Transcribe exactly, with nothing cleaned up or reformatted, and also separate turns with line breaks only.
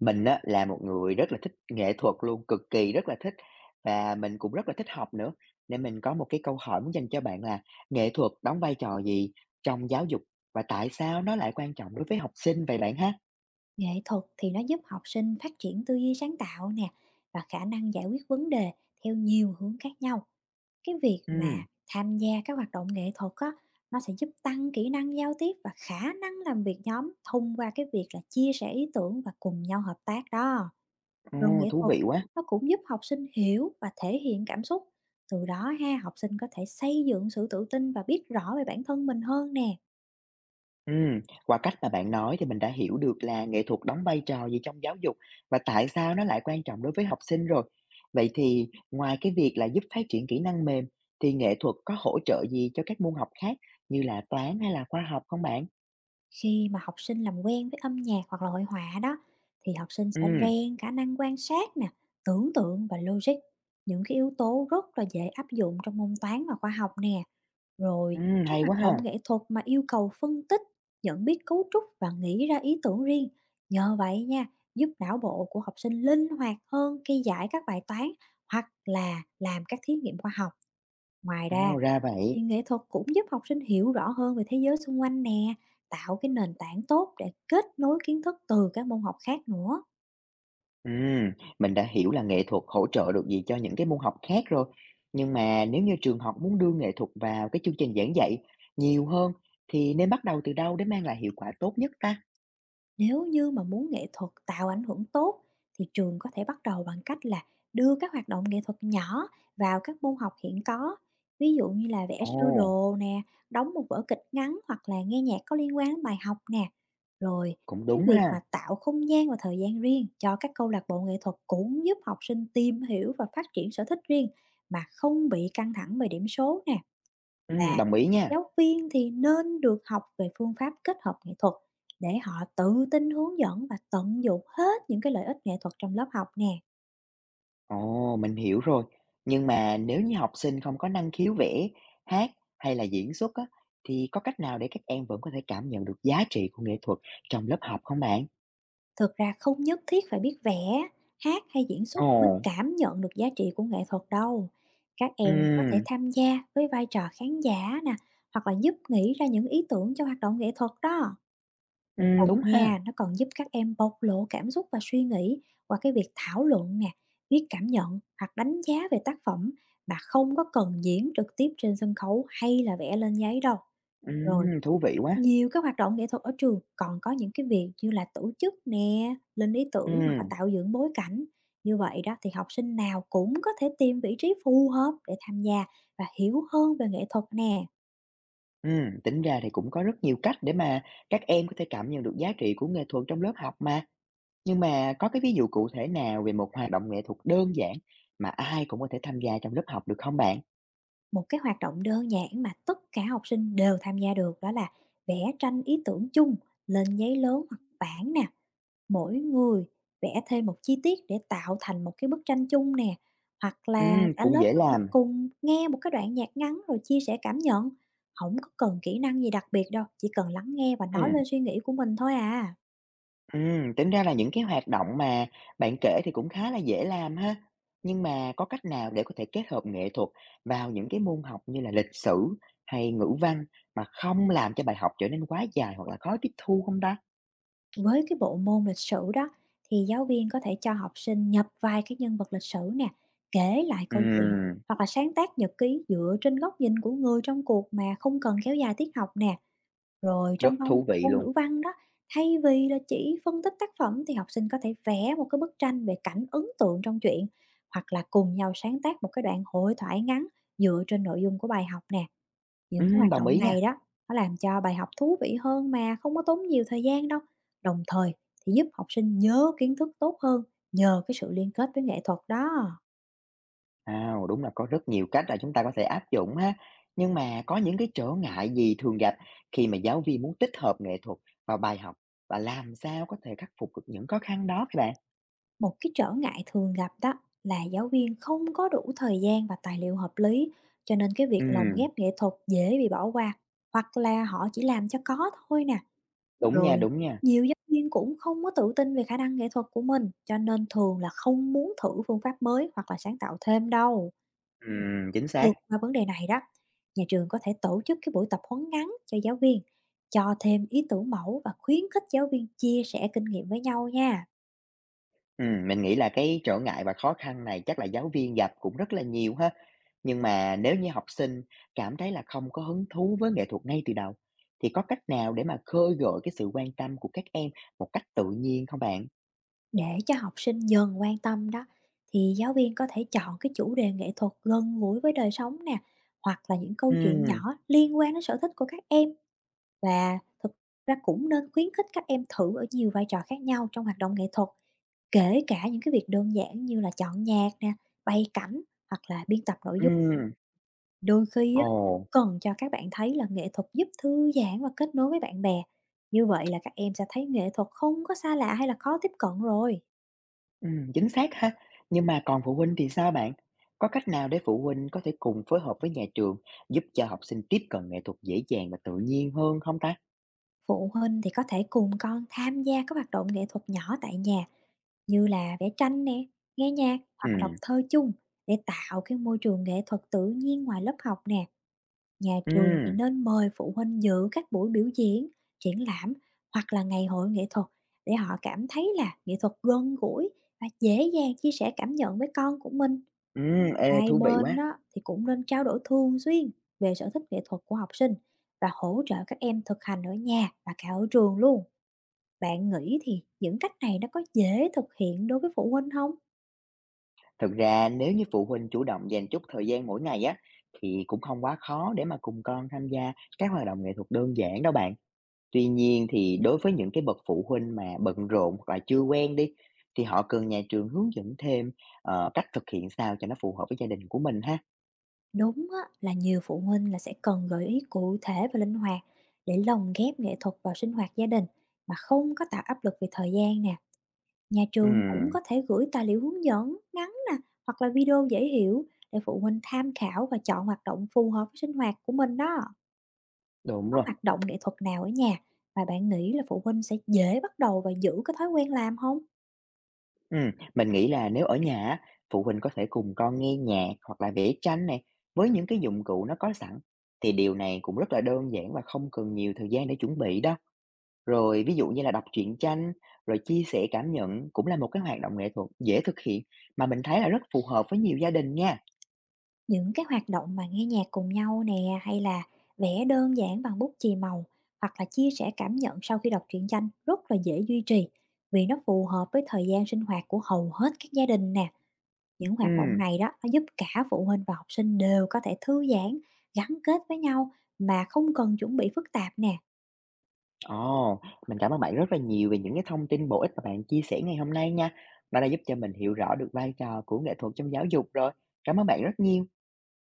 Mình á là một người rất là thích nghệ thuật luôn, cực kỳ rất là thích và mình cũng rất là thích học nữa, nên mình có một cái câu hỏi muốn dành cho bạn là nghệ thuật đóng vai trò gì trong giáo dục và tại sao nó lại quan trọng đối với học sinh vậy bạn ha?
Nghệ thuật thì nó giúp học sinh phát triển tư duy sáng tạo nè và khả năng giải quyết vấn đề theo nhiều hướng khác nhau. Cái việc mà
Ừm,
tham gia các hoạt động nghệ thuật á, nó sẽ giúp tăng kỹ năng giao tiếp và khả năng làm việc nhóm thông qua cái việc là chia sẻ ý tưởng và cùng nhau hợp tác đó. Rồi
Ồ,
nghệ
thú
thuật
vị quá!
nó cũng giúp học sinh hiểu và thể hiện cảm xúc. Từ đó ha, học sinh có thể xây dựng sự tự tin và biết rõ về bản thân mình hơn nè.
Ừm, qua cách mà bạn nói thì mình đã hiểu được là nghệ thuật đóng vai trò gì trong giáo dục và tại sao nó lại quan trọng đối với học sinh rồi. Vậy thì ngoài cái việc là giúp phát triển kỹ năng mềm thì nghệ thuật có hỗ trợ gì cho các môn học khác như là toán hay là khoa học không bạn?
Khi mà học sinh làm quen với âm nhạc hoặc là hội họa đó thì học sinh sẽ
Ừm,
rèn khả năng quan sát nè, tưởng tượng và logic, những cái yếu tố rất là dễ áp dụng trong môn toán và khoa học nè. Rồi,
ừm,
các
hay
hoạt
quá ha.
động nghệ thuật mà yêu cầu phân tích, nhận biết cấu trúc và nghĩ ra ý tưởng riêng. Nhờ vậy nha, giúp não bộ của học sinh linh hoạt hơn khi giải các bài toán hoặc là làm các thí nghiệm khoa học. Ngoài ra,
Ồ, ra vậy.
thì nghệ thuật cũng giúp học sinh hiểu rõ hơn về thế giới xung quanh nè, tạo cái nền tảng tốt để kết nối kiến thức từ các môn học khác nữa.
Ừm, mình đã hiểu là nghệ thuật hỗ trợ được gì cho những cái môn học khác rồi. Nhưng mà nếu như trường học muốn đưa nghệ thuật vào cái chương trình giảng dạy nhiều hơn thì nên bắt đầu từ đâu để mang lại hiệu quả tốt nhất ta?
Nếu như mà muốn nghệ thuật tạo ảnh hưởng tốt thì trường có thể bắt đầu bằng cách là đưa các hoạt động nghệ thuật nhỏ vào các môn học hiện có. Ví dụ như là vẽ sơ
Ồ,
đồ nè, đóng một vở kịch ngắn hoặc là nghe nhạc có liên quan đến bài học nè. Rồi
cũng
cái
đúng
việc
ha.
mà tạo không gian và thời gian riêng cho các câu lạc bộ nghệ thuật cũng giúp học sinh tìm hiểu và phát triển sở thích riêng mà không bị căng thẳng về điểm số nè.
Ừm,
Và
đồng ý nha.
giáo viên thì nên được học về phương pháp kết hợp nghệ thuật để họ tự tin hướng dẫn và tận dụng hết những cái lợi ích nghệ thuật trong lớp học nè.
Ồ, mình hiểu rồi. Nhưng mà nếu như học sinh không có năng khiếu vẽ, hát hay là diễn xuất á, thì có cách nào để các em vẫn có thể cảm nhận được giá trị của nghệ thuật trong lớp học không bạn?
Thực ra không nhất thiết phải biết vẽ, hát hay diễn
Ồ,
xuất mới cảm nhận được giá trị của nghệ thuật đâu. Các em có thể
ừm,
tham gia với vai trò khán giả nè, hoặc là giúp nghĩ ra những ý tưởng cho hoạt động nghệ thuật đó. Nghệ
ừm,
thuật
đúng ha.
nha, nó còn giúp các em bộc lộ cảm xúc và suy nghĩ qua cái việc thảo luận nè, viết cảm nhận hoặc đánh giá về tác phẩm mà không có cần diễn trực tiếp trên sân khấu hay là vẽ lên giấy đâu. Rồi,
Ừm, thú vị quá.
nhiều các hoạt động nghệ thuật ở trường còn có những cái việc như là tổ chức nè, lên ý tưởng hoặc là
Ừm,
tạo dựng bối cảnh. Như vậy đó thì học sinh nào cũng có thể tìm vị trí phù hợp để tham gia và hiểu hơn về nghệ thuật nè.
ừm, tính ra thì cũng có rất nhiều cách để mà các em có thể cảm nhận được giá trị của nghệ thuật trong lớp học mà. Nhưng mà có cái ví dụ cụ thể nào về một hoạt động nghệ thuật đơn giản mà ai cũng có thể tham gia trong lớp học được không bạn?
Một cái hoạt động đơn giản mà tất cả học sinh đều tham gia được đó là vẽ tranh ý tưởng chung lên giấy lớn hoặc bảng nè, mỗi người vẽ thêm một chi tiết để tạo thành một cái bức tranh chung nè, hoặc là
Ừm,
cả
cũng
lớp
dễ
có thể
làm.
cùng nghe một cái đoạn nhạc ngắn rồi chia sẻ cảm nhận. Không có cần kỹ năng gì đặc biệt đâu, chỉ cần lắng nghe và nói
Ừm,
lên suy nghĩ của mình thôi à.
ừm, tính ra là những cái hoạt động mà bạn kể thì cũng khá là dễ làm ha. Nhưng mà có cách nào để có thể kết hợp nghệ thuật vào những cái môn học như là lịch sử hay ngữ văn mà không làm cho bài học trở nên quá dài hoặc là khó tiếp thu không ta?
Với cái bộ môn lịch sử đó thì giáo viên có thể cho học sinh nhập vai các nhân vật lịch sử nè, kể lại câu chuyện
Ừm,
hoặc là sáng tác nhật ký dựa trên góc nhìn của người trong cuộc mà không cần kéo dài tiết học nè. Rồi
rất
trong môn
thú vị
môn
luôn.
ngữ văn đó, thay vì là chỉ phân tích tác phẩm thì học sinh có thể vẽ một cái bức tranh về cảnh ấn tượng trong truyện hoặc là cùng nhau sáng tác một cái đoạn hội thoại ngắn dựa trên nội dung của bài học nè. Những cái
Ừm,
hoạt
đồng
động
ý nha.
này đó, nó làm cho bài học thú vị hơn mà không có tốn nhiều thời gian đâu. Đồng thời thì giúp học sinh nhớ kiến thức tốt hơn nhờ cái sự liên kết với nghệ thuật đó.
À, đúng là có rất nhiều cách là chúng ta có thể áp dụng ha. Nhưng mà có những cái trở ngại gì thường gặp khi mà giáo viên muốn tích hợp nghệ thuật vào bài học và làm sao có thể khắc phục được những khó khăn đó các bạn?
Một cái trở ngại thường gặp đó là giáo viên không có đủ thời gian và tài liệu hợp lý, cho nên cái việc lồng
Ừm,
ghép nghệ thuật dễ bị bỏ qua hoặc là họ chỉ làm cho có thôi nè.
đúng nha,
Rồi
đúng nha.
nhiều giáo viên cũng không có tự tin về khả năng nghệ thuật của mình, cho nên thường là không muốn thử phương pháp mới hoặc là sáng tạo thêm đâu.
Ừm, chính xác.
Vượt qua vấn đề này đó, nhà trường có thể tổ chức cái buổi tập huấn ngắn cho giáo viên, cho thêm ý tưởng mẫu và khuyến khích giáo viên chia sẻ kinh nghiệm với nhau nha.
Ừm, mình nghĩ là cái trở ngại và khó khăn này chắc là giáo viên gặp cũng rất là nhiều ha. Nhưng mà nếu như học sinh cảm thấy là không có hứng thú với nghệ thuật ngay từ đầu thì có cách nào để mà khơi gợi cái sự quan tâm của các em một cách tự nhiên không bạn?
Để cho học sinh dần quan tâm đó, thì giáo viên có thể chọn cái chủ đề nghệ thuật gần gũi với đời sống nè, hoặc là những câu chuyện
Ừm,
nhỏ liên quan đến sở thích của các em, và thực ra cũng nên khuyến khích các em thử ở nhiều vai trò khác nhau trong hoạt động nghệ thuật, kể cả những cái việc đơn giản như là chọn nhạc nè, bày cảnh hoặc là biên tập nội dung.
ừm.
Đôi khi
Ồ,
á, cần cho các bạn thấy là nghệ thuật giúp thư giãn và kết nối với bạn bè. Như vậy là các em sẽ thấy nghệ thuật không có xa lạ hay là khó tiếp cận rồi.
ừm, chính xác ha. Nhưng mà còn phụ huynh thì sao bạn? Có cách nào để phụ huynh có thể cùng phối hợp với nhà trường giúp cho học sinh tiếp cận nghệ thuật dễ dàng và tự nhiên hơn không ta?
Phụ huynh thì có thể cùng con tham gia các hoạt động nghệ thuật nhỏ tại nhà như là vẽ tranh nè, nghe nhạc hoặc là đọc
Ừ,
thơ chung để tạo cái môi trường nghệ thuật tự nhiên ngoài lớp học nè. Nhà
ừ,
trường thì nên mời phụ huynh dự các buổi biểu diễn, triển lãm hoặc là ngày hội nghệ thuật để họ cảm thấy là nghệ thuật gần gũi và dễ dàng chia sẻ cảm nhận với con của mình.
ừ, ê,
Hai
thú vị
bên
quá.
đó thì cũng nên trao đổi thường xuyên về sở thích nghệ thuật của học sinh và hỗ trợ các em thực hành ở nhà và cả ở trường luôn. Bạn nghĩ thì những cách này nó có dễ thực hiện đối với phụ huynh không?
Thực ra nếu như phụ huynh chủ động dành chút thời gian mỗi ngày á, thì cũng không quá khó để mà cùng con tham gia các hoạt động nghệ thuật đơn giản đâu bạn. Tuy nhiên thì đối với những cái bậc phụ huynh mà bận rộn hoặc là chưa quen đi, thì họ cần nhà trường hướng dẫn thêm, ờ, cách thực hiện sao cho nó phù hợp với gia đình của mình ha.
Đúng á, là nhiều phụ huynh là sẽ cần gợi ý cụ thể và linh hoạt để lồng ghép nghệ thuật vào sinh hoạt gia đình mà không có tạo áp lực về thời gian nè. Nhà trường cũng
Ừm,
có thể gửi tài liệu hướng dẫn ngắn nè, hoặc là video dễ hiểu để phụ huynh tham khảo và chọn hoạt động phù hợp với sinh hoạt của mình đó.
đúng
Có
rồi.
hoạt động nghệ thuật nào ở nhà mà bạn nghĩ là phụ huynh sẽ dễ bắt đầu và giữ cái thói quen làm không?
Ừm, mình nghĩ là nếu ở nhà á, phụ huynh có thể cùng con nghe nhạc hoặc là vẽ tranh này với những cái dụng cụ nó có sẵn, thì điều này cũng rất là đơn giản và không cần nhiều thời gian để chuẩn bị đó. Rồi ví dụ như là đọc truyện tranh, rồi chia sẻ cảm nhận cũng là một cái hoạt động nghệ thuật dễ thực hiện mà mình thấy là rất phù hợp với nhiều gia đình nha.
Những cái hoạt động mà nghe nhạc cùng nhau nè, hay là vẽ đơn giản bằng bút chì màu, hoặc là chia sẻ cảm nhận sau khi đọc truyện tranh rất là dễ duy trì, vì nó phù hợp với thời gian sinh hoạt của hầu hết các gia đình nè. Những hoạt động
Ừm.
này đó, nó giúp cả phụ huynh và học sinh đều có thể thư giãn, gắn kết với nhau mà không cần chuẩn bị phức tạp nè.
Ồ, mình cảm ơn bạn rất là nhiều về những cái thông tin bổ ích mà bạn chia sẻ ngày hôm nay nha. Nó đã giúp cho mình hiểu rõ được vai trò của nghệ thuật trong giáo dục rồi. Cảm ơn bạn rất nhiều.